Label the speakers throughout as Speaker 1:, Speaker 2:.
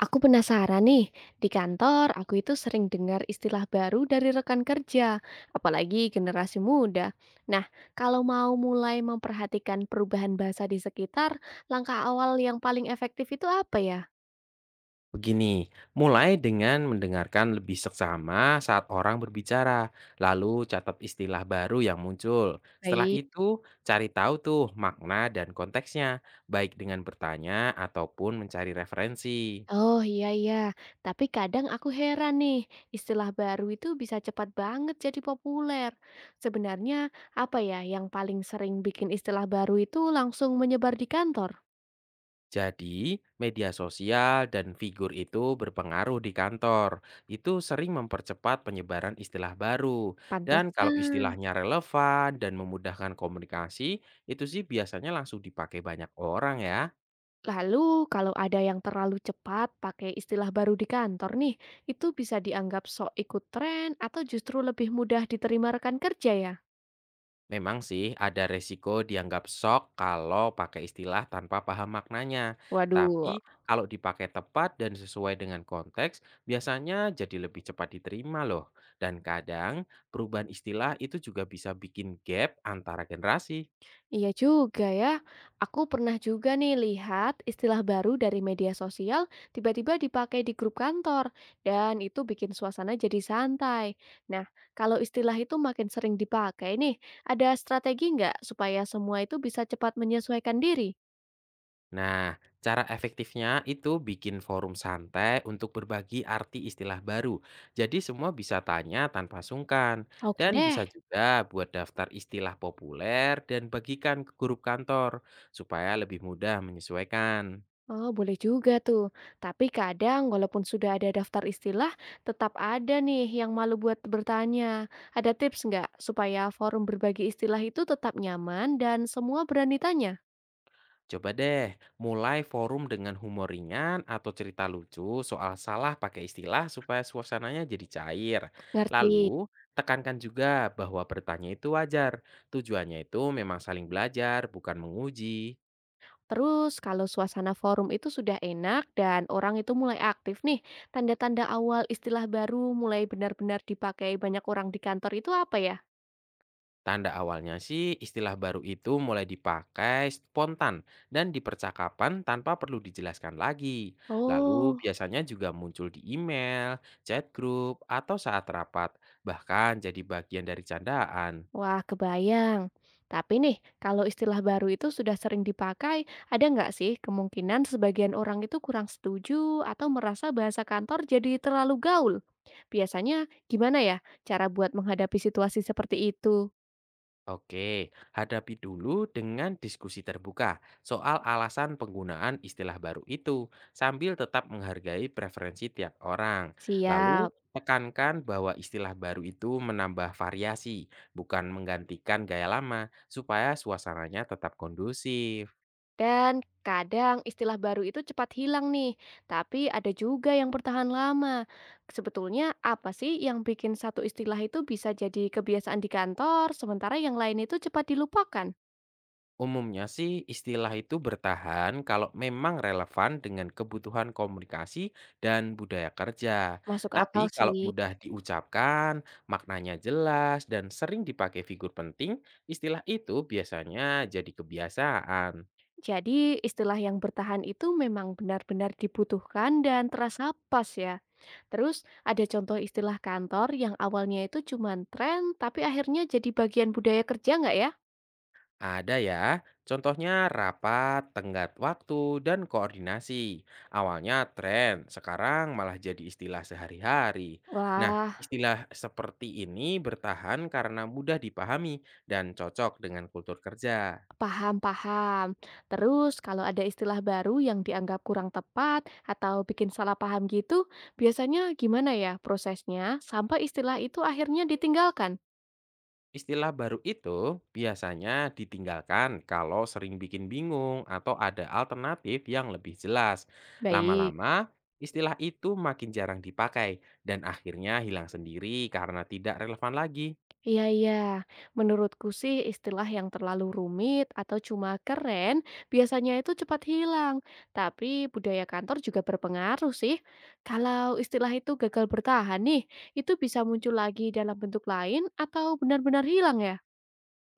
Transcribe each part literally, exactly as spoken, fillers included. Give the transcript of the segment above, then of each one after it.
Speaker 1: Aku penasaran nih, di kantor aku itu sering dengar istilah baru dari rekan kerja, apalagi generasi muda. Nah, kalau mau mulai memperhatikan perubahan bahasa di sekitar, langkah awal yang paling efektif itu apa ya?
Speaker 2: Begini, mulai dengan mendengarkan lebih seksama saat orang berbicara, lalu catat istilah baru yang muncul. Setelah
Speaker 1: Baik.
Speaker 2: itu, cari tahu tuh makna dan konteksnya, baik dengan bertanya ataupun mencari referensi.
Speaker 1: Oh, iya iya, tapi kadang aku heran nih, istilah baru itu bisa cepat banget jadi populer. Sebenarnya apa ya yang paling sering bikin istilah baru itu langsung menyebar di kantor?
Speaker 2: Jadi, media sosial dan figur itu berpengaruh di kantor. Itu sering mempercepat penyebaran istilah baru. Dan kalau
Speaker 1: Pantesan.
Speaker 2: istilahnya relevan dan memudahkan komunikasi, itu sih biasanya langsung dipakai banyak orang ya.
Speaker 1: Lalu, kalau ada yang terlalu cepat pakai istilah baru di kantor nih, itu bisa dianggap sok ikut tren atau justru lebih mudah diterima rekan kerja ya?
Speaker 2: Memang sih ada resiko dianggap sok kalau pakai istilah tanpa paham maknanya.
Speaker 1: Waduh.
Speaker 2: Tapi kalau dipakai tepat dan sesuai dengan konteks, biasanya jadi lebih cepat diterima loh. Dan kadang perubahan istilah itu juga bisa bikin gap antara generasi.
Speaker 1: Iya juga ya. Aku pernah juga nih lihat istilah baru dari media sosial tiba-tiba dipakai di grup kantor dan itu bikin suasana jadi santai. Nah, kalau istilah itu makin sering dipakai nih, ada strategi nggak supaya semua itu bisa cepat menyesuaikan diri?
Speaker 2: Nah, cara efektifnya itu bikin forum santai untuk berbagi arti istilah baru. Jadi semua bisa tanya tanpa sungkan.
Speaker 1: Oke
Speaker 2: Dan
Speaker 1: deh.
Speaker 2: bisa juga buat daftar istilah populer dan bagikan ke grup kantor supaya lebih mudah menyesuaikan.
Speaker 1: Oh, boleh juga tuh. Tapi kadang walaupun sudah ada daftar istilah, tetap ada nih yang malu buat bertanya. Ada tips nggak supaya forum berbagi istilah itu tetap nyaman dan semua berani tanya?
Speaker 2: Coba deh, mulai forum dengan humor ringan atau cerita lucu soal salah pakai istilah supaya suasananya jadi cair.
Speaker 1: Ngerti.
Speaker 2: Lalu, tekankan juga bahwa bertanya itu wajar. Tujuannya itu memang saling belajar, bukan menguji.
Speaker 1: Terus kalau suasana forum itu sudah enak dan orang itu mulai aktif nih, tanda-tanda awal istilah baru mulai benar-benar dipakai banyak orang di kantor itu apa ya?
Speaker 2: Tanda awalnya sih istilah baru itu mulai dipakai spontan dan di percakapan tanpa perlu dijelaskan lagi. Lalu
Speaker 1: Oh.
Speaker 2: biasanya juga muncul di email, chat group, atau saat rapat, bahkan jadi bagian dari candaan.
Speaker 1: Wah, kebayang. Tapi nih, kalau istilah baru itu sudah sering dipakai, ada nggak sih kemungkinan sebagian orang itu kurang setuju atau merasa bahasa kantor jadi terlalu gaul? Biasanya gimana ya cara buat menghadapi situasi seperti itu?
Speaker 2: Oke, hadapi dulu dengan diskusi terbuka soal alasan penggunaan istilah baru itu, sambil tetap menghargai preferensi tiap orang. Lalu,
Speaker 1: Siap.
Speaker 2: tekankan bahwa istilah baru itu menambah variasi, bukan menggantikan gaya lama, supaya suasananya tetap kondusif.
Speaker 1: Dan kadang istilah baru itu cepat hilang nih, tapi ada juga yang bertahan lama. Sebetulnya apa sih yang bikin satu istilah itu bisa jadi kebiasaan di kantor, sementara yang lain itu cepat dilupakan?
Speaker 2: Umumnya sih istilah itu bertahan kalau memang relevan dengan kebutuhan komunikasi dan budaya kerja.
Speaker 1: Masuk
Speaker 2: Tapi
Speaker 1: akal
Speaker 2: kalau
Speaker 1: sih.
Speaker 2: mudah diucapkan, maknanya jelas dan sering dipakai figur penting, istilah itu biasanya jadi kebiasaan.
Speaker 1: Jadi istilah yang bertahan itu memang benar-benar dibutuhkan dan terasa pas ya. Terus ada contoh istilah kantor yang awalnya itu cuma tren tapi akhirnya jadi bagian budaya kerja nggak ya?
Speaker 2: Ada ya, contohnya rapat, tenggat waktu, dan koordinasi. Awalnya tren, sekarang malah jadi istilah sehari-hari. Nah,
Speaker 1: Wah.
Speaker 2: istilah seperti ini bertahan karena mudah dipahami dan cocok dengan kultur kerja.
Speaker 1: Paham-paham. Terus kalau ada istilah baru yang dianggap kurang tepat atau bikin salah paham gitu, biasanya gimana ya prosesnya sampai istilah itu akhirnya ditinggalkan?
Speaker 2: Istilah baru itu biasanya ditinggalkan kalau sering bikin bingung atau ada alternatif yang lebih jelas.
Speaker 1: Baik.
Speaker 2: Lama-lama, istilah itu makin jarang dipakai dan akhirnya hilang sendiri karena tidak relevan lagi.
Speaker 1: Iya iya. Menurutku sih istilah yang terlalu rumit atau cuma keren biasanya itu cepat hilang. Tapi budaya kantor juga berpengaruh sih. Kalau istilah itu gagal bertahan nih, itu bisa muncul lagi dalam bentuk lain atau benar-benar hilang ya?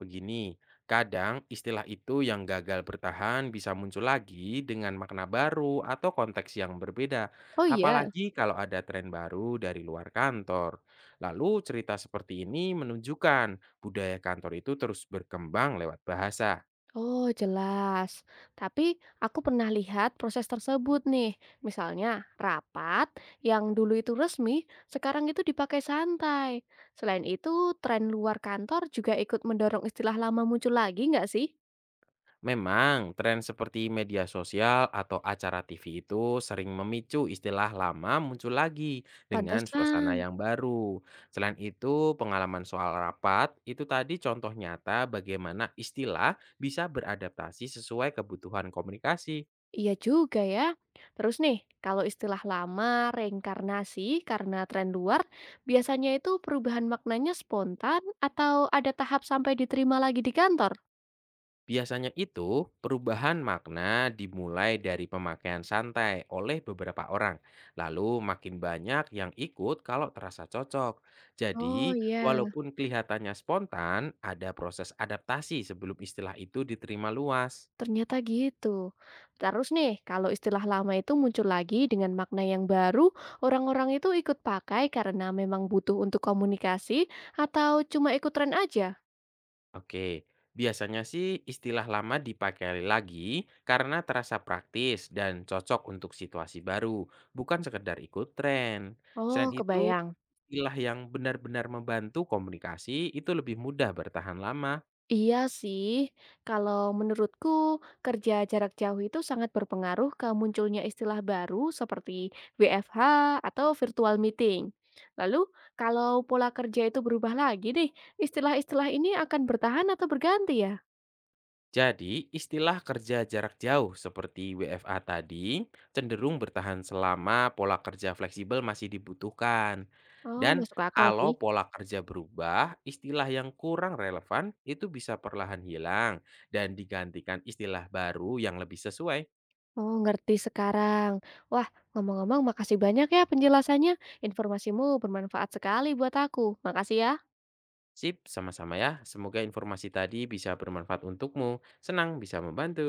Speaker 2: Begini, kadang istilah itu yang gagal bertahan bisa muncul lagi dengan makna baru atau konteks yang berbeda,
Speaker 1: Oh iya.
Speaker 2: apalagi kalau ada tren baru dari luar kantor. Lalu cerita seperti ini menunjukkan budaya kantor itu terus berkembang lewat bahasa.
Speaker 1: Oh, jelas. Tapi aku pernah lihat proses tersebut nih. Misalnya, rapat yang dulu itu resmi, sekarang itu dipakai santai. Selain itu, tren luar kantor juga ikut mendorong istilah lama muncul lagi nggak sih?
Speaker 2: Memang, tren seperti media sosial atau acara T V itu sering memicu istilah lama muncul lagi dengan
Speaker 1: Pantesan.
Speaker 2: suasana yang baru. Selain itu, pengalaman soal rapat itu tadi contoh nyata bagaimana istilah bisa beradaptasi sesuai kebutuhan komunikasi.
Speaker 1: Iya juga ya. Terus nih, kalau istilah lama reinkarnasi karena tren luar, biasanya itu perubahan maknanya spontan atau ada tahap sampai diterima lagi di kantor?
Speaker 2: Biasanya itu, perubahan makna dimulai dari pemakaian santai oleh beberapa orang, lalu makin banyak yang ikut kalau terasa cocok. Jadi,
Speaker 1: Oh iya.
Speaker 2: walaupun kelihatannya spontan, ada proses adaptasi sebelum istilah itu diterima luas.
Speaker 1: Ternyata gitu. Terus nih, kalau istilah lama itu muncul lagi dengan makna yang baru, orang-orang itu ikut pakai karena memang butuh untuk komunikasi atau cuma ikut tren aja?
Speaker 2: Oke, biasanya sih istilah lama dipakai lagi karena terasa praktis dan cocok untuk situasi baru, bukan sekedar ikut tren.
Speaker 1: Oh,
Speaker 2: Selain itu,
Speaker 1: kebayang.
Speaker 2: istilah yang benar-benar membantu komunikasi itu lebih mudah bertahan lama.
Speaker 1: Iya sih, kalau menurutku kerja jarak jauh itu sangat berpengaruh ke munculnya istilah baru seperti W F H atau virtual meeting. Lalu, kalau pola kerja itu berubah lagi nih, istilah-istilah ini akan bertahan atau berganti ya?
Speaker 2: Jadi, istilah kerja jarak jauh seperti W F A tadi cenderung bertahan selama pola kerja fleksibel masih dibutuhkan.
Speaker 1: Oh,
Speaker 2: Dan
Speaker 1: masuk akal sih.
Speaker 2: kalau pola kerja berubah, istilah yang kurang relevan itu bisa perlahan hilang dan digantikan istilah baru yang lebih sesuai.
Speaker 1: Oh, ngerti sekarang. Wah, ngomong-ngomong, makasih banyak ya penjelasannya. Informasimu bermanfaat sekali buat aku. Makasih ya.
Speaker 2: Sip, sama-sama ya. Semoga informasi tadi bisa bermanfaat untukmu. Senang bisa membantu.